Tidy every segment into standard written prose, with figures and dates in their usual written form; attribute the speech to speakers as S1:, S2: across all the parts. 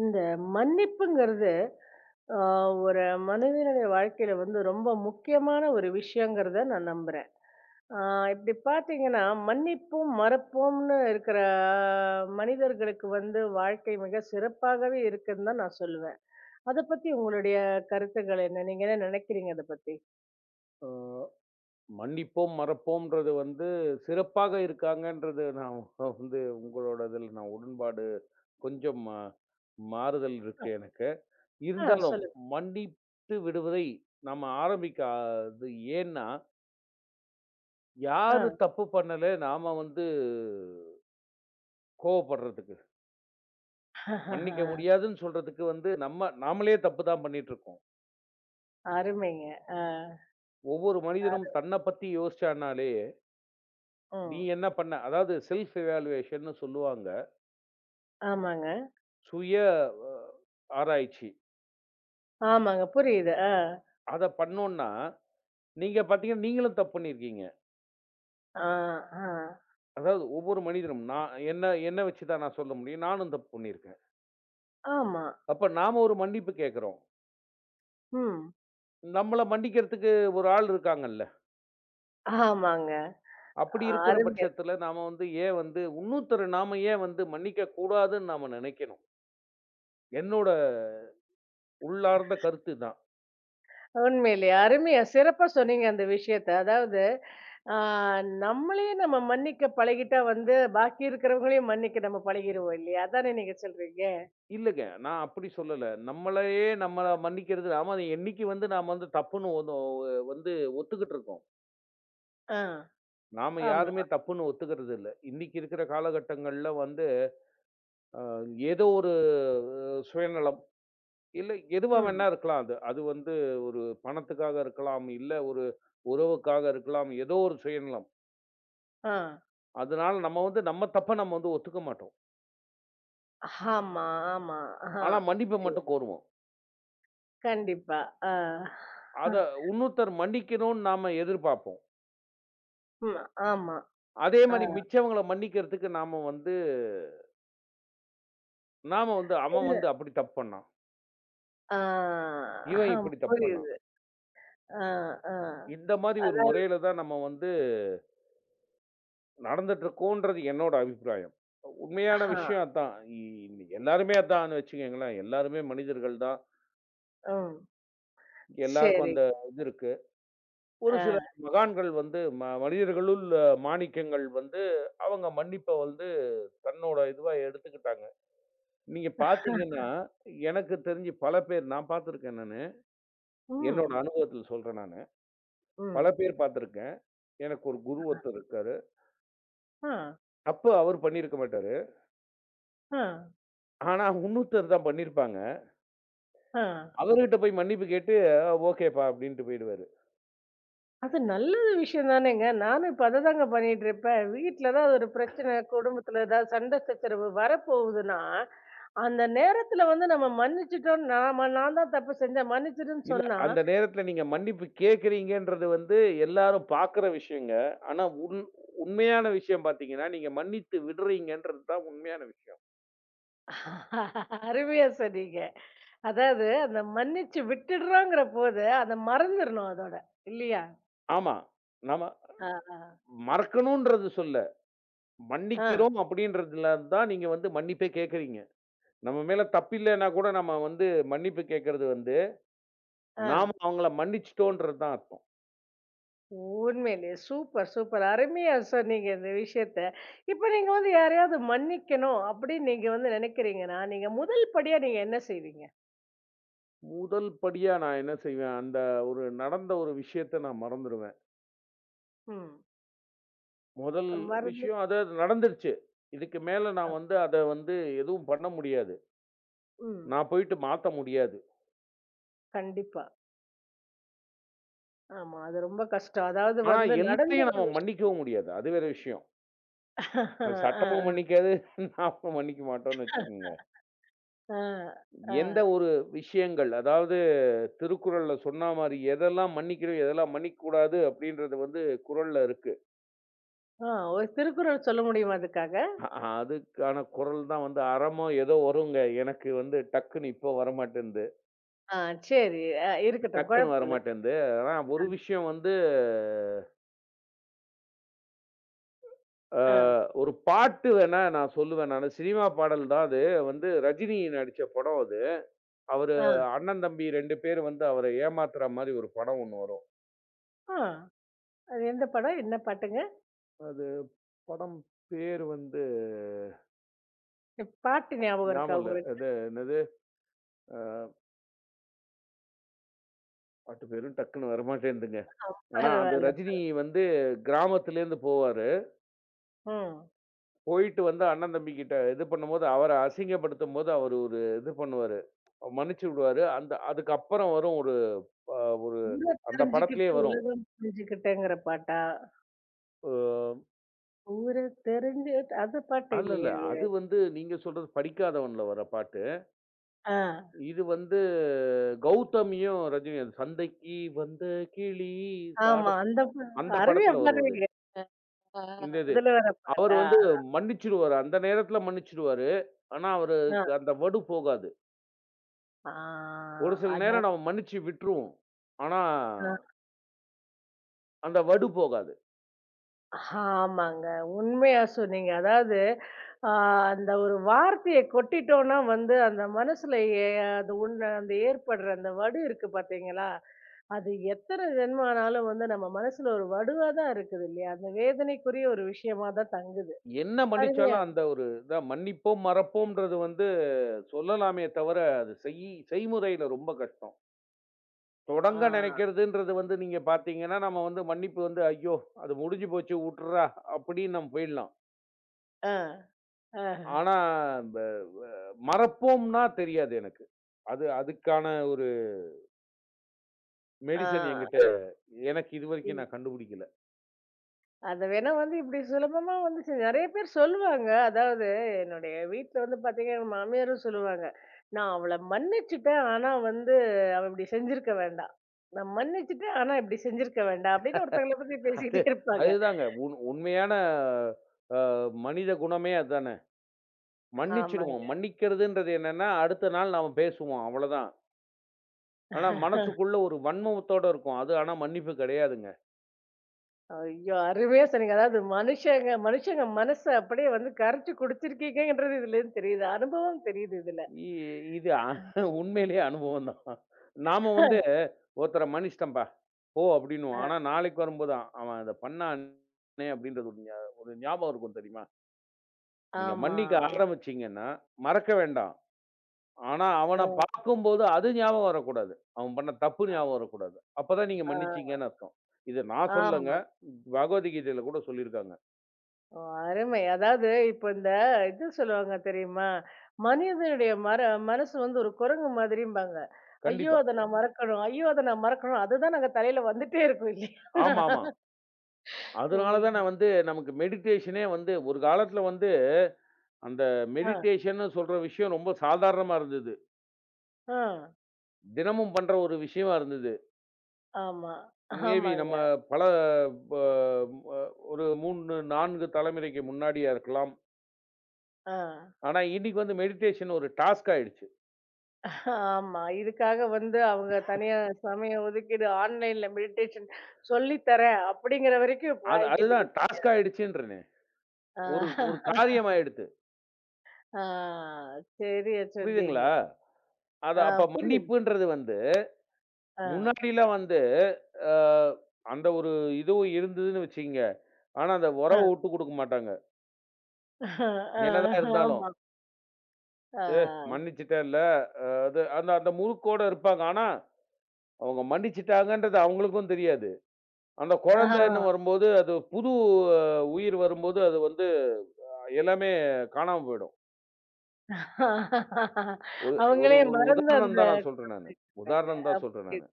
S1: இந்த மன்னிப்புங்கிறது ஆ, ஒரு மனிதனுடைய வாழ்க்கையில வந்து ரொம்ப முக்கியமான ஒரு விஷயங்கிறத நான் நம்புறேன். ஆ, இப்படி பாத்தீங்கன்னா மன்னிப்பும் மறப்போம்னு இருக்கிற மனிதர்களுக்கு வந்து வாழ்க்கை மிக சிறப்பாகவே இருக்குன்னு தான் நான் சொல்லுவேன். அதை பத்தி உங்களுடைய கருத்துக்கள் என்ன? நீங்க என்ன நினைக்கிறீங்க அதை பத்தி?
S2: அ மன்னிப்போம், மறப்போம்ன்றது வந்து சிறப்பாக இருக்காங்கன்றது நான் வந்து உங்களோட இதில நான் உடன்பாடு கொஞ்சம் மாறுதல் இருக்கு எனக்கு. இருந்தாலும்
S1: சொல்லுங்க.
S2: மன்னித்து விடுவதை நம்ம ஆரம்பிக்காதது ஏன்னா,
S1: ஆ.
S2: யாரு தப்பு பண்ணல நாம வந்து கோவப்படுறதுக்கு. மன்னிக்க முடியாதுன்னு சொல்றதுக்கு வந்து நம்ம நாமளே தப்பு தான் பண்ணிட்டுருக்கோம்.
S1: அருமைங்க. ஆ.
S2: ஒவ்வொரு மனிதனும்
S1: அரு-
S2: தன்ன பத்தி யோசிச்சான்னாலே,
S1: ம்.
S2: "நீ என்ன பண்ண?" அதாவது செல்ஃப் இவாலுவேஷன்னு சொல்லுவாங்க.
S1: ஆமாங்க.
S2: சுய அ ஆராய்ச்சி.
S1: ஆமாங்க, புரியுது. ஆ.
S2: அத பண்ணோம்ன்னா, நீங்க பார்த்தீங்கன்னா, நீங்களும் தப்பு பண்ணியிருக்கீங்க.
S1: ஆ. ஆ.
S2: அதாவது ஒவ்வொரு மனிதனும் நான் என்ன என்ன வச்சு தான் நான் சொல்ல முடியும். நானும் தப்பு பண்ணியிருக்கேன்.
S1: ஆமா.
S2: அப்ப நாம ஒரு மன்னிப்பு கேட்கிறோம்.
S1: ம்.
S2: நம்மள மன்னிக்கிறதுக்கு ஒரு ஆள் இருக்காங்கல்ல.
S1: ஆமாங்க.
S2: அப்படி இருக்கிற
S1: அருமையா,
S2: பட்சத்தில நாம வந்து ஏன் வந்து இன்னொருத்தர நாம ஏன் வந்து மன்னிக்க கூடாதுன்னு நாம நினைக்கணும். என்னோட உள்ளார்ந்த கருத்து தான்.
S1: உண்மையிலேயே அருமையா சிறப்பா சொன்னீங்க அந்த விஷயத்த. அதாவது, ஆ நம்மளையே நம்ம மன்னிக்க பழகிட்டா வந்து, பாக்கி இருக்கிறவங்களையும் மன்னிக்க நம்ம பழகிருவோம் இல்லையா? அதானே நீங்க சொல்றீங்க?
S2: இல்லங்க. நான் அப்படி சொல்லல. நம்மளையே நம்மள மன்னிக்கிறது நாம அதை என்னைக்கு வந்து நாம வந்து தப்புன்னு ஒண்ணு வந்து ஒத்துக்கிட்டு இருக்கோம்.
S1: ஆ,
S2: நாம
S1: ஆமா.
S2: யாருமே தப்புன்னு ஒத்துக்கிறது இல்ல. இன்னைக்கு இருக்கிற காலகட்டங்கள்ல வந்து ஏதோ ஒரு சுயநலம், இல்ல எதுவா
S1: ம்.
S2: வேணா இருக்கலாம் அது. அது வந்து ஒரு பணத்துக்காக இருக்கலாம், இல்ல ஒரு உறவுக்காக இருக்கலாம், ஏதோ ஒரு சுயநலம்.
S1: ஆ.
S2: அதனால நம்ம வந்து நம்ம தப்ப நம்ம வந்து ஒத்துக்க மாட்டோம்.
S1: ஆமா, ஆமா. ஆ.
S2: ஆனா மன்னிப்ப
S1: சரி.
S2: மட்டும் கோருவோம்.
S1: கண்டிப்பா. ஆ. ஆ,
S2: அத இன்னொருத்தர் மன்னிக்கணும்னு நாம எதிர்பார்ப்போம்.
S1: ம். ஆமா.
S2: அதே
S1: ஆ.
S2: மாரி மிச்சவங்கள மன்னிக்கிறதுக்கு நாம வந்து நாம வந்து அவன்
S1: இல்ல.
S2: வந்து அப்படி தப்பு பண்ணான்.
S1: ஆ.
S2: இவன்
S1: அஹம்.
S2: இப்படி தப்பு பண்ணான்.
S1: புரியுது. ஆ, ஆ.
S2: இந்த மாரி ஒரு
S1: அதாவது.
S2: முறையில தான் நம்ம வந்து நடந்துட்டுருக்குன்றது என்னோட அபிப்பிராயம். உண்மையான விஷயம்
S1: ஆ.
S2: அதான். எல்லாருமே அதான்னு வச்சுக்கங்களேன். எல்லாருமே மனிதர்கள் தான்.
S1: ம்.
S2: எல்லாருக்கும்
S1: சரி.
S2: அந்த இது இருக்கு. ஒரு
S1: ஆ.
S2: சில மகான்கள் வந்து மனிதர்களுள் மாணிக்கங்கள் வந்து, அவங்க மன்னிப்ப வந்து தன்னோட இதுவா எடுத்துக்கிட்டாங்க. நீங்க பார்த்தீங்கன்னா, எனக்கு தெரிஞ்சு பல பேர் நான் பார்த்துருக்கேன் நானு. என்னோட
S1: ம்.
S2: அனுபவத்தில சொல்றேன் நானு.
S1: ம்.
S2: பல பேர் பார்த்துருக்கேன். எனக்கு ஒரு குரு ஒருத்தர் இருக்காரு.
S1: ஆ.
S2: தப்பு அவர் பண்ணியிருக்க மாட்டாரு.
S1: ஆ.
S2: ஆனா, இன்னொருத்தர் தான் பண்ணியிருப்பாங்க.
S1: ஆ.
S2: அவருகிட்ட போய் மன்னிப்பு கேட்டு, ஓகேப்பா அப்படின்ட்டு போயிடுவாரு.
S1: அது நல்லது விஷயம் தானேங்க. நானும் இப்ப அததாங்க பண்ணிட்டுருப்பேன். வீட்ல ஏதாவது ஒரு பிரச்சனை, குடும்பத்துல ஏதாவது சண்டை சச்சரவு வரப்போகுதுன்னா, அந்த நேரத்துல வந்து நம்ம மன்னிச்சுட்டோம். நாம நான் தான் தப்பு செஞ்சேன், மன்னிச்சிடுன்னு
S2: இல்ல,
S1: சொன்னா,
S2: அந்த நேரத்துல நீங்க மன்னிப்பு கேட்கிறீங்கன்றது வந்து எல்லாரும் பார்க்குற விஷயங்க. ஆனா, உண்மையான விஷயம் பார்த்தீங்கன்னா, நீங்க மன்னித்து விடுறீங்கன்றது தான் உண்மையான விஷயம்.
S1: அருமையா சொன்னீங்க. அதாவது அந்த மன்னிச்சு விட்டுடுறோங்கிற போது, அத மறந்துறணும் அதோட. இல்லையா?
S2: ஆமா. நாம
S1: ஆ, ஆ.
S2: மறக்கணுன்றது சொல்ல,
S1: ஆ,
S2: மன்னிக்கிறோம் அப்படின்றதுல தான் நீங்க வந்து மன்னிப்பே கேட்கிறீங்க. நம்ம மேல தப்பில்லன்னா கூட நம்ம வந்து மன்னிப்பு கேட்கிறது வந்து,
S1: ஆ.
S2: நாம அவங்கள மன்னிச்சுட்டோன்றது தான் அர்த்தம்.
S1: உண்மையிலே சூப்பர், சூப்பர். அருமையா சொன்னீங்க இந்த விஷயத்த. இப்ப நீங்க வந்து யாரையாவது மன்னிக்கணும் அப்படின்னு நீங்க வந்து நினைக்கிறீங்கன்னா, நீங்க முதல் படியா நீங்க என்ன செய்வீங்க?
S2: முதல் படியா நான் என்ன செய்வேன், அந்த ஒரு நடந்த ஒரு விஷயத்த நான் மறந்துருவேன்.
S1: ம்.
S2: முதல்
S1: மறந்து.
S2: விஷயம் அது நடந்துருச்சு. இதுக்கு மேல நான் வந்து அத வந்து எதுவும் பண்ண முடியாது.
S1: ம்.
S2: நான் போயிட்டு மாத்த முடியாது.
S1: கண்டிப்பா. ஆமா. அது ரொம்ப கஷ்டம். அதாவது
S2: ஆனா
S1: வந்து நடந்து.
S2: எல்லாரையும் நம்ம மன்னிக்கவும் முடியாது. அது வேற விஷயம். அது சட்டமும்
S1: ஆ,
S2: மன்னிக்காது, நாம மன்னிக்க மாட்டோம்ன்னு வச்சுக்கோங்க.
S1: ஆ, ஆ,
S2: எந்த ஒரு விஷயங்கள் அதாவது திருக்குறள்ல சொன்ன மாரி எதெல்லாம் மன்னிக்கணும், எதெல்லாம் மன்னிக்கக்கூடாது அப்படின்றது வந்து குறள்ல இருக்கு.
S1: ஆ. ஒரு திருக்குறள் சொல்ல முடியுமா அதுக்காக?
S2: அ அதுக்கான குறள் தான் வந்து அறமோ ஏதோ வருங்க. எனக்கு வந்து டக்குன்னு இப்போ வரமாட்டேன்து.
S1: ஆ சரி. இருக்கட்டும்.
S2: டக்குன்னு
S1: குழப்பம் இல்ல.
S2: வரமாட்டேன்து. ஆனா ஒரு விஷயம் வந்து அ
S1: ஆ,
S2: ஒரு பாட்டு வேணா நான் சொல்லுவேன் நானு. சினிமா பாடல் தான் அது. வந்து ரஜினி நடிச்ச படம் அது. அவரு
S1: ஆ,
S2: அண்ணன், தம்பி 2 பேர் வந்து அவர ஏமாத்துற மாரி ஒரு படம் ஒண்ணு வரும்.
S1: ஆ. அது எந்த படம்? என்ன பாட்டுங்க?
S2: அது படம் பேர் வந்து
S1: பாட்டு ஞாபகம் இருக்கா
S2: ஞாபகம் இல்ல.
S1: உங்களுக்கு?
S2: அது என்னது? அ பாட்டு பேரும் டக்குன்னு வரமாட்டேன்துங்க. ஆனா அது
S1: பரவால்ல.
S2: ரஜினி வந்து கிராமத்துலேருந்து போவாரு.
S1: ம்.
S2: போயிட்டு வந்து அண்ணன், தம்பி கிட்ட இது பண்ணும்போது, அவர அசிங்கப்படுத்தும்போது அவரு ஒரு இது பண்ணுவாரு. மன்னிச்சு விடுவாரு. அந்த அதுக்கப்புறம் வரும் ஒரு ப ஒரு
S1: ஊர
S2: அந்த படத்திலேயே
S1: தெரிஞ்சுக்கிட்டு
S2: வரும்.
S1: உலகம் புரிஞ்சுக்கிட்டேங்கிற பாட்டா?
S2: அ
S1: ஊர தெரிஞ்சு. அந்த பாட்டு
S2: அல்லல்ல.
S1: இல்லையே அது?
S2: அது வந்து நீங்க சொல்றது படிக்காதவன்ல வர பாட்டு.
S1: ஆ.
S2: இது வந்து கௌதமியும், ரஜினியும் சந்தைக்கு வந்த கிளி
S1: ஆமா.
S2: சாடும்
S1: அந்த
S2: அந்த
S1: அருமையா
S2: படத்துல வரும் அது.
S1: பாடுவீங்க. அ, ஆ.
S2: இந்த இது.
S1: அதுல வர
S2: அவரு
S1: பாட்டா?
S2: வந்து மன்னிச்சுருவாரு. அந்த நேரத்துல மன்னிச்சுருவாரு. ஆனா,
S1: ஆ.
S2: அவருக்கு அந்த வடு போகாது.
S1: ஆ.
S2: ஒரு சில நேரம்
S1: அதான்.
S2: நம்ம மன்னிச்சு விட்டுருவோம். ஆனா, அந்த வடு போகாது.
S1: ஆமாங்க. உண்மையா சொன்னீங்க. அதாவது, ஆ அந்த ஒரு வார்த்தைய கொட்டிட்டோம்னா வந்து, அந்த மனசுல ஏ அது உள்ள அந்த ஏற்படுற அந்த வடு இருக்கு பார்த்தீங்களா? அது எத்தன ஜென்மம் ஆனாலும் வந்து நம்ம மனசுல ஒரு வடுவா தான் இருக்குது இல்லையா? அந்த வேதனைக்குரிய ஒரு விஷயமா தான் தங்குது.
S2: என்ன
S1: அருமையா.
S2: மன்னிச்சாலும் அந்த ஒரு இதான் மன்னிப்போம், மறப்போம்ன்றது வந்து சொல்லலாமே தவிர, அது செய்முறையில ரொம்ப கஷ்டம். தொடங்க
S1: ஆ,
S2: நினைக்கிறதுன்றது வந்து நீங்க பார்த்தீங்கன்னா, நம்ம வந்து மன்னிப்பு வந்து, "ஐயோ! அது முடிஞ்சு போச்சு வுட்டுர்றா" அப்படின்னு நம்ம போயிடலாம்.
S1: ஆ, ஆஹ,
S2: ஆனா, இந்த மறப்போம்னா தெரியாது எனக்கு. அதுக்கான ஒரு மெடிசன் என்கிட்ட எனக்கு
S1: ஆ.
S2: இதுவரைக்கும் நான் கண்டுபிடிக்கல.
S1: அத வேணா வந்து இப்படி சுலபமா வந்து நெறைய பேர் சொல்லுவாங்க. அதாவது என்னுடைய வீட்ல வந்து பார்த்தீங்கன்னா, எங்க மாமியாரும் சொல்லுவாங்க. நான் அவள மன்னிச்சுட்டேன். ஆனா வந்து அவ இப்படி செஞ்சிருக்க வேண்டாம். நான் மன்னிச்சுட்டேன். ஆனா இப்படி செஞ்சிருக்க வேண்டாம். அப்படின்னு ஒருத்தங்கள பத்தி
S2: அது
S1: பேசிக்கிட்டே இருப்பாங்க.
S2: அதுதாங்க உண்மையான அ மனித குணமே அதானே. மன்னிச்சுடுவோம்.
S1: ஆமாங்க.
S2: மன்னிக்கிறதுன்றது என்னன்னா, அடுத்த நாள் நாம பேசுவோம் அவ்வளதான். ஆனா மனசுக்குள்ள ஒரு வன்மத்தோட இருக்கும். அது ஆனா மன்னிப்பு கிடையாதுங்க.
S1: ஐயோ! அருமையா சொன்னீங்க. அதாவது மனுஷங்க மனுஷங்க மனச அப்படியே வந்து கரைச்சு குடிச்சிருக்கீங்கன்றது இதுலருந்து தெரியுது. அனுபவம் தெரியுது இதுல.
S2: இ இது உண்மையிலேயே அனுபவம் தான். நாம வந்து ஒருத்தர மன்னிச்சிட்டம்பா, போ அப்டின்னுவோம். ஆனா நாளைக்கு வரும்போது, அவன் அத பண்ணானே அப்டின்றது ஒரு ஒரு ஞாபகம் இருக்கும் தெரியுமா? நீங்க
S1: ஆமா.
S2: மன்னிக்க ஆரம்பிச்சீங்கன்னா, மறக்க வேண்டாம். ஆனா அவன
S1: ஆ.
S2: பார்க்கும்போது அது ஞாபகம் வரக்கூடாது. அவன் பண்ண தப்பு ஞாபகம் வரக்கூடாது. அப்பதான் நீங்க
S1: ஆ.
S2: மன்னிச்சீங்கன்னு அர்த்தம். இது நான் சொல்லங்க.
S1: ஆமா.
S2: பகவத்கீதையில கூட சொல்லியிருக்காங்க.
S1: ஓ! அருமை. அதாவது இப்ப இந்த இது சொல்லுவாங்க தெரியுமா? மனிதனுடைய மனசு வந்து ஒரு குரங்கு மாதிரிம்பாங்க. ஐயோ!
S2: கண்டிப்பா.
S1: அத நான் மறக்கணும். ஐயோ! அத நான் மறக்கணும். அதுதான் நாங்க தலையில வந்துட்டே இருக்கும் இல்லையா?
S2: ஆமாமா. அதனால தான்
S1: ம்.
S2: நான் வந்து நமக்கு மெடிடேஷனே வந்து ஒரு காலத்துல வந்து அந்த
S1: ஆ,
S2: மெடிடேஷன்னு சொல்கிற விஷயம் ரொம்ப சாதாரணமாக இருந்தது
S1: ஆ,
S2: தினமும் பண்ணுற ஒரு விஷயமா இருந்தது
S1: ஆமா.
S2: மேபி
S1: ஆமாங்க.
S2: நம்ம பல ப- ஒரு மூணு நான்கு தலைமுறைக்கு முன்னாடியா இருக்கலாம்
S1: ஆ.
S2: ஆனால் இன்னைக்கு வந்து மெடிடேஷன் ஒரு டாஸ்க் ஆயிடுச்சு
S1: ஆமா. இதுக்காக வந்து அவங்க தனியா சமயம் ஒதுக்கீடு ஆன்லைன்ல மெடிடேஷன் சொல்லி தரேன் அப்படிங்கிற வரைக்கும் இப்ப
S2: அது
S1: ஆயிக்கிட்டுது.
S2: அதுதான் டாஸ்க் ஆயிடுச்சுன்றனே
S1: ஆ,
S2: ஒரு ஒரு காரியம் ஆயிடுது
S1: ஆ சரியா சொன்னீங்க.
S2: புரியுதுங்களா அது
S1: ஆ,
S2: அப்போ
S1: புரியுது.
S2: மன்னிப்புன்றது வந்து
S1: ஆ,
S2: முன்னாடிலாம் வந்து அஹ், அந்த ஒரு இதுவும் இருந்ததுன்னு வச்சுக்கோங்க ஆனால் அந்த
S1: ஆ,
S2: உறவை விட்டு கொடுக்க மாட்டாங்க
S1: ஆ, ஆ,
S2: என்னதான் இருந்தாலும்
S1: ஆமா.
S2: ஏ
S1: ஆ.
S2: மன்னிச்சுட்டேன்ல. அது அந்த அந்த முறுக்கோட இருப்பாங்க. ஆனா, அவங்க மன்னிச்சுட்டாங்கன்றது அவங்களுக்கும் தெரியாது. அந்த குழந்தைன்னு
S1: ஆ.
S2: வரும்போது, அது புது உயிர் வரும்போது, அது வந்து எல்லாமே காணாம போயிடும். ஒரு ஒரு
S1: அவங்களே
S2: ஒரு
S1: மறந்து
S2: உதாரணம்
S1: அந்த.
S2: தான் நான் சொல்றேன் நானு. உதாரணம் தான் சொல்றேன்
S1: ஓகே.
S2: நானு.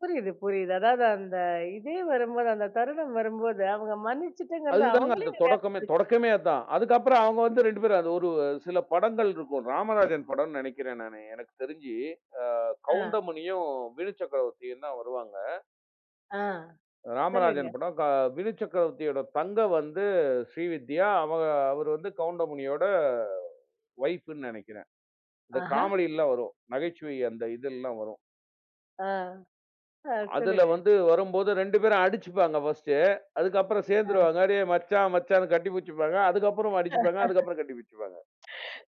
S1: புரியுது, புரியுது. அதாவது அந்த இதே வரும்போது, அந்த தருணம் வரும்போது, அவங்க மன்னிச்சுட்டுங்கிறது
S2: அதுதாங்க
S1: அவங்களே
S2: அந்த
S1: ஞாபகம்
S2: தொடக்கமே தொடக்கமே அதான். அதுக்கப்புறம் அவங்க வந்து 2 பேரும் அது ஒரு சில படங்கள் இருக்கும். ராமராஜன் படம்னு நெனைக்கிறேன் நானு. எனக்கு தெரிஞ்சு, அ
S1: ஆ,
S2: கவுண்டமணியும், வினு சக்கரவர்த்தியும் தான் வருவாங்க.
S1: ஆ. சொல்லுங்க.
S2: ராமராஜன் படம். வினு சக்கரவர்த்தியோட தங்க வந்து ஸ்ரீவித்யா. அவங்க அவரு வந்து கவுண்டமணியோட ஒய்ஃப்ன்னு நெனைக்கிறேன். இந்த
S1: ஆஹா.
S2: காமெடிலாம் வரும். நகைச்சுவை அந்த இதெல்லாம் வரும்.
S1: ஆ. ஆ
S2: அதுல
S1: சொல்லுங்க.
S2: வந்து வரும்போது 2 பேரும் அடிச்சுப்பாங்க ஃபர்ஸ்ட்டு. அதுக்கப்புறம் சேர்ந்துருவாங்க. "டேய் மச்சான், மச்சான்னு" கட்டி பிடிச்சுப்பாங்க. அதுக்கப்புறம் அடிச்சுப்பாங்க. அதுக்கப்புறம் கட்டி பிடிச்சுப்பாங்க.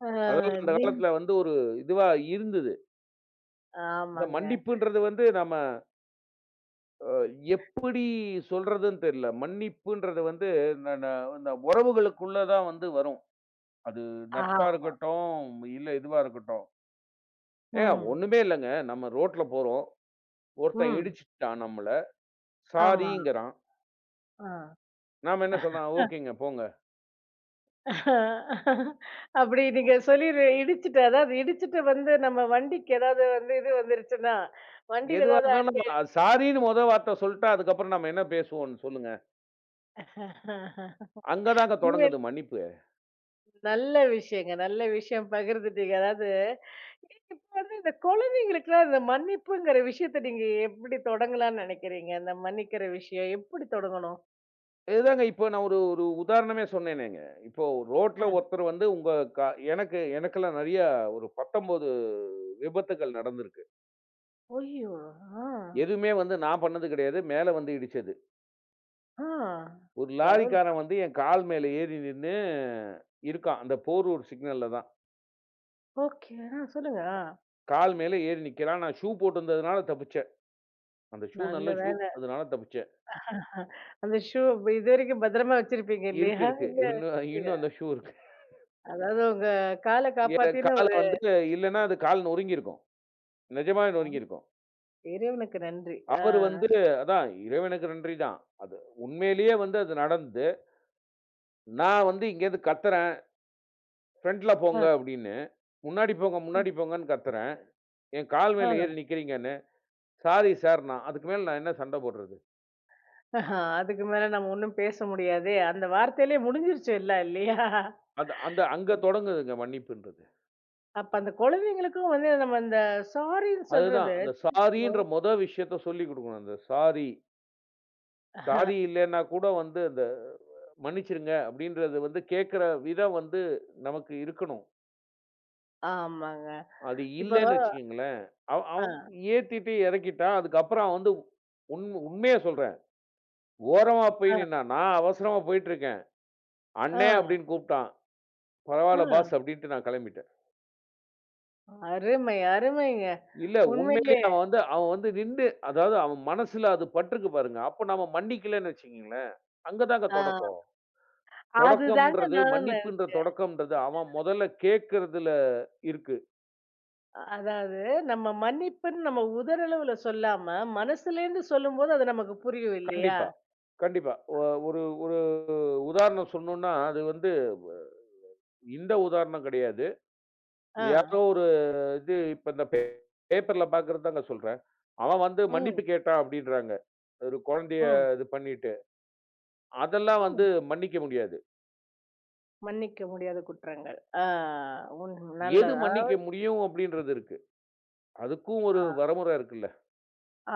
S1: ஆ.
S2: அதெல்லாம் அந்த
S1: நீங்
S2: காலத்துல வந்து ஒரு இதுவா இருந்தது. இந்த
S1: ஆமாங்க.
S2: மன்னிப்புன்றது வந்து நம்ம அ எப்படி சொல்றதுன்னு தெரியல. மன்னிப்புன்றது வந்து ந ந இந்த உறவுகளுக்குள்ள தான் வந்து வரும். அது நட்பா
S1: ஆமா.
S2: இருக்கட்டும், இல்ல இதுவா இருக்கட்டும். ஏங்க
S1: ம்.
S2: ஒண்ணுமே இல்லங்க. நம்ம ரோட்ல போறோம். ஒருத்தன்
S1: ம்.
S2: இடிச்சுட்டான் நம்மள.
S1: ஆமா.
S2: சாரிங்கிறான்.
S1: ஆ.
S2: நாம என்ன சொல்றோம்? ஓகேங்க போங்க.
S1: அப்படி நீங்க சொல்லி இடிச்சுட்டு அதாவது இடிச்சுட்டு வந்து நம்ம வண்டிக்கு ஏதாவது வந்து இது வந்துருச்சுன்னா, வண்டியில
S2: எதுவா
S1: ஏதாவது
S2: இருந்தாலும்
S1: அடி.
S2: நம்ம சாரின்னு மொத வார்த்தை சொல்ட்டா, அதுக்கப்புறம் நாம என்ன பேசுவோம்ன்னு சொல்லுங்க. அங்க தாங்க
S1: உண்மையிலே
S2: தொடங்குது மன்னிப்பு.
S1: நல்ல விஷயங்க. நல்ல விஷயம் பகிர்ந்துட்டீங்க. அதாவது இப்ப வந்து இந்த குழந்தைங்களுக்குலாம் இந்த மன்னிப்புங்கிற விஷயத்த நீங்க எப்படி தொடங்கலாம்ன்னு நெனைக்கிறீங்க? இந்த மன்னிக்கிற விஷயம் எப்படி தொடங்கணும்?
S2: இதுதாங்க இப்போ நான் ஒரு ஒரு உதாரணமே சொன்னேனேங்க. இப்போ ரோட்ல
S1: ம்.
S2: ஒருத்தர் வந்து உங்க க எனக்கெல்லாம் நெறையா ஒரு 19 விபத்துக்கள் நடந்திருக்கு.
S1: ஐயோ! ஆ,
S2: எதுவுமே வந்து நான் பண்ணது கிடையாது. மேல வந்து இடிச்சது.
S1: ஆ.
S2: ஒரு
S1: கடவுள்.
S2: லாரிக்காரன் வந்து என் கால் மேல ஏறி நின்னு இருக்கான். அந்த போரூர் சிக்னல்ல தான்.
S1: ஓகே. சொல்லுங்க. ஆ.
S2: கால் மேல ஏறி நிக்கிறான். நான் ஷூ போட்டிருந்ததுனால தப்பிச்சேன். அந்த ஷூ
S1: நல்ல
S2: நல்ல ஷூ.
S1: வேல.
S2: அதனால தப்பிச்சேன்.
S1: அந்த ஷூ இதுவரைக்கும் பத்திரமா வச்சிருப்பீங்க
S2: இருக்கு,
S1: இல்லையா?
S2: இருக்கு.
S1: இல்ல.
S2: இன்னும்
S1: இல்ல.
S2: இன்னும் அந்த ஷூ இருக்கு.
S1: அதாவது உங்க கால
S2: என்
S1: காப்பாத்தின
S2: கால
S1: ஒரு.
S2: வந்து இல்லன்னா அது கால் நொறுங்கியிருக்கும். நிஜமாவே நொறுங்கியிருக்கும்.
S1: இறைவனுக்கு நன்றி. ஆ,
S2: அவரு வந்து அதான் இறைவனுக்கு நன்றி தான். அது உண்மையிலேயே வந்து அது நடந்து, நான் வந்து இங்கேருந்து கத்துறேன். ஃப்ரண்ட்ல
S1: ஆ,
S2: போங்க அப்படின்னு. முன்னாடி போங்க, முன்னாடி போங்கன்னு கத்துறேன். என் கால்
S1: ஆ.
S2: மேல ஏறி நிக்கிறீங்கன்னு. சாரி சார் நான். அதுக்கு மேல நான் என்ன சண்டை போடுறது?
S1: ஆஹா, அதுக்கு மேல நம்ம ஒண்ணும் பேச முடியாதே. அந்த வார்த்தையிலே முடிஞ்சிருச்சு எல்லாம் இல்லையா?
S2: அந்த அந்த அங்க தொடங்குதுங்க மன்னிப்புன்றது.
S1: அப்ப அந்த குழந்தைங்களுக்கும் வந்து நம்ம அந்த சாரின்னு
S2: அதுதான்
S1: சொல்றது.
S2: அந்த சாரின்ற மொத விஷயத்த சொல்லிக் குடுக்கணும். அந்த சாரி,
S1: ஆஹ்.
S2: சாரி இல்லன்னா கூட வந்து அந்த மன்னிச்சிருங்க அப்படின்றது வந்து கேட்கிற விதம் வந்து நமக்கு இருக்கணும்.
S1: ஆமாங்க.
S2: அது
S1: இப்போ.
S2: இல்லன்னு வச்சுக்கங்களேன், அவ
S1: ஆ,
S2: அவன் ஏத்திட்டு இறக்கிட்டான். அதுக்கப்புறம் அவன் வந்து உண்மைய சொல்றேன். ஓரமா
S1: ஆ,
S2: போய் நின்னான். நான் அவசரமா போயிட்டுருக்கேன்.
S1: ஆ,
S2: "அண்ணே" அப்படின்னு கூப்பிட்டான்.
S1: ஆ.
S2: "பரவால்ல பாஸ்" அப்படின்ட்டு நான் கெளம்பிட்டேன்.
S1: அருமை, அருமைங்க.
S2: இல்ல உண்மையிலேயே
S1: உண்மையிலேயே.
S2: அவன் வந்து நின்னு அதாவது அவன் மனசுல அது பட்டிருக்கு பாருங்க. அப்ப நம்ம மன்னிக்கலன்னு வச்சுக்கங்களேன், அங்க தாங்க
S1: ஆ.
S2: தொடக்கம்.
S1: அதுதாங்க
S2: தொடக்கம்ன்றது
S1: நானும்.
S2: மன்னிப்புன்ற தொடக்கம்ன்றது அவன் முதல்ல கேட்கறதுல இருக்கு.
S1: அதாவது நம்ம மன்னிப்புன்னு நம்ம உதடளவுல சொல்லாம, மனசுலேருந்து சொல்லும்போது அது நமக்கு புரியும் இல்லையா?
S2: கண்டிப்பா, கண்டிப்பா. ஒ ஒரு ஒரு உதாரணம் சொன்னோம்னா, அது வந்து இந்த உதாரணம் கிடையாது.
S1: ஆ.
S2: யாரோ ஒரு இது இப்ப இந்த பேப்பர்ல பார்க்கறது தாங்க சொல்றேன். அவன் வந்து
S1: ம்,
S2: மன்னிப்பு கேட்டான் அப்படின்றாங்க. ஒரு குழந்தைய
S1: ம்.
S2: இது பண்ணிட்டு. அதெல்லாம்
S1: ம்.
S2: வந்து மன்னிக்க முடியாது.
S1: மன்னிக்க முடியாத குற்றங்கள். ஆ. உண்
S2: எது
S1: நல்லது.
S2: மன்னிக்க
S1: அதாவது.
S2: முடியும் அப்படின்றது இருக்கு. அதுக்கும் ஒரு
S1: ஆ.
S2: வரமுறை இருக்குல்ல.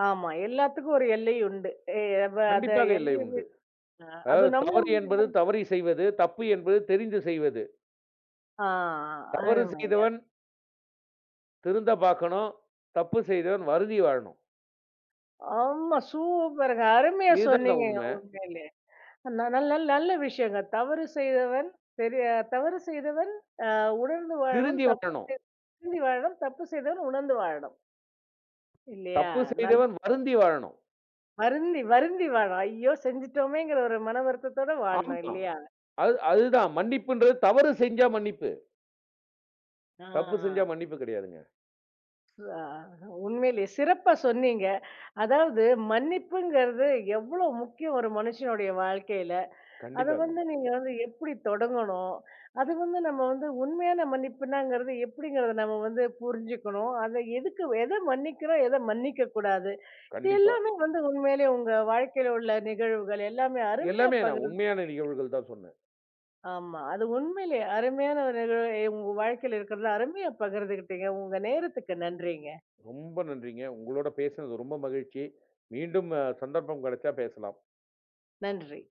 S1: ஆமா. எல்லாத்துக்கும் ஒரு எல்லை உண்டு. எ அப்ப அந்த
S2: கண்டிப்பாக எல்லை
S1: எல்லை.
S2: உண்டு.
S1: அ
S2: அதாவது
S1: அதுவும் நம்ம.
S2: தவறு என்பது தவறி செய்வது, தப்பு என்பது தெரிந்து செய்வது.
S1: ஆ.
S2: தவறு
S1: அருமைங்க.
S2: செய்தவன் திருந்த பார்க்கணும். தப்பு செய்தவன் வருந்தி வாழணும்.
S1: ஆமா சூப்பருங்க. அருமையா
S2: இதுதாங்க
S1: சொன்னீங்கங்க
S2: உண்மை.
S1: உண்மையிலே. நல்ல நல்ல நல்ல விஷயங்க. தவறு செய்தவன் பெரிய தவறு செய்தவன் அ உணர்ந்து வாழணும்.
S2: திருந்தி
S1: தப்பு
S2: வாழணும்.
S1: செய் வருந்தி வாழணும். தப்பு செய்தவன் உணர்ந்து வாழணும். இல்லையா?
S2: தப்பு
S1: நல்
S2: செய்தவன் வருந்தி வாழணும்.
S1: வருந்தி வருந்தி வாழணும். ஐயோ! செஞ்சுட்டோமேங்கிற ஒரு மன வருத்தத்தோட வாழணும்
S2: ஆமா.
S1: இல்லையா?
S2: அதுதான் மன்னிப்புன்றது தவறு செஞ்சா மன்னிப்பு.
S1: ஆ.
S2: தப்பு செஞ்சா மன்னிப்பு கிடையாதுங்க.
S1: ஆ, உண்மையிலேயே சிறப்பா சொன்னீங்க. அதாவது மன்னிப்புங்கிறது எவ்வளோ முக்கியம் ஒரு மனுஷனுடைய வாழ்க்கையில. அத
S2: கண்டிப்பாங்க.
S1: வந்து நீங்க வந்து எப்படி தொடங்கணும்? அது வந்து நம்ம வந்து உண்மையான மன்னிப்புனாங்கிறது எப்படிங்கிறத நம்ம வந்து புரிஞ்சுக்கணும். அத எதுக்கு எத மன்னிக்கிறோம், எத மன்னிக்கக் கூடாது. இது
S2: கண்டிப்பா.
S1: எல்லாமே வந்து உண்மையிலேயே உங்க வாழ்க்கையில உள்ள நிகழ்வுகள் எல்லாமே அருமையா
S2: எல்லாமே நான்
S1: பகிர்ந்து.
S2: உண்மையான நிகழ்வுகள் தான் சொன்னேன்.
S1: ஆமா. அது உண்மையிலேயே அருமையான ஒரு நிகழ்வு உங்க வாழ்க்கையில இருக்கிறது அருமையா பகிர்ந்துக்கிட்டீங்க. உங்க நேரத்துக்கு நன்றிங்க.
S2: ரொம்ப நன்றிங்க. உங்களோட பேசினது ரொம்ப மகிழ்ச்சி. மீண்டும் சந்தர்ப்பம் கிடைச்சா பேசலாம்.
S1: நன்றி.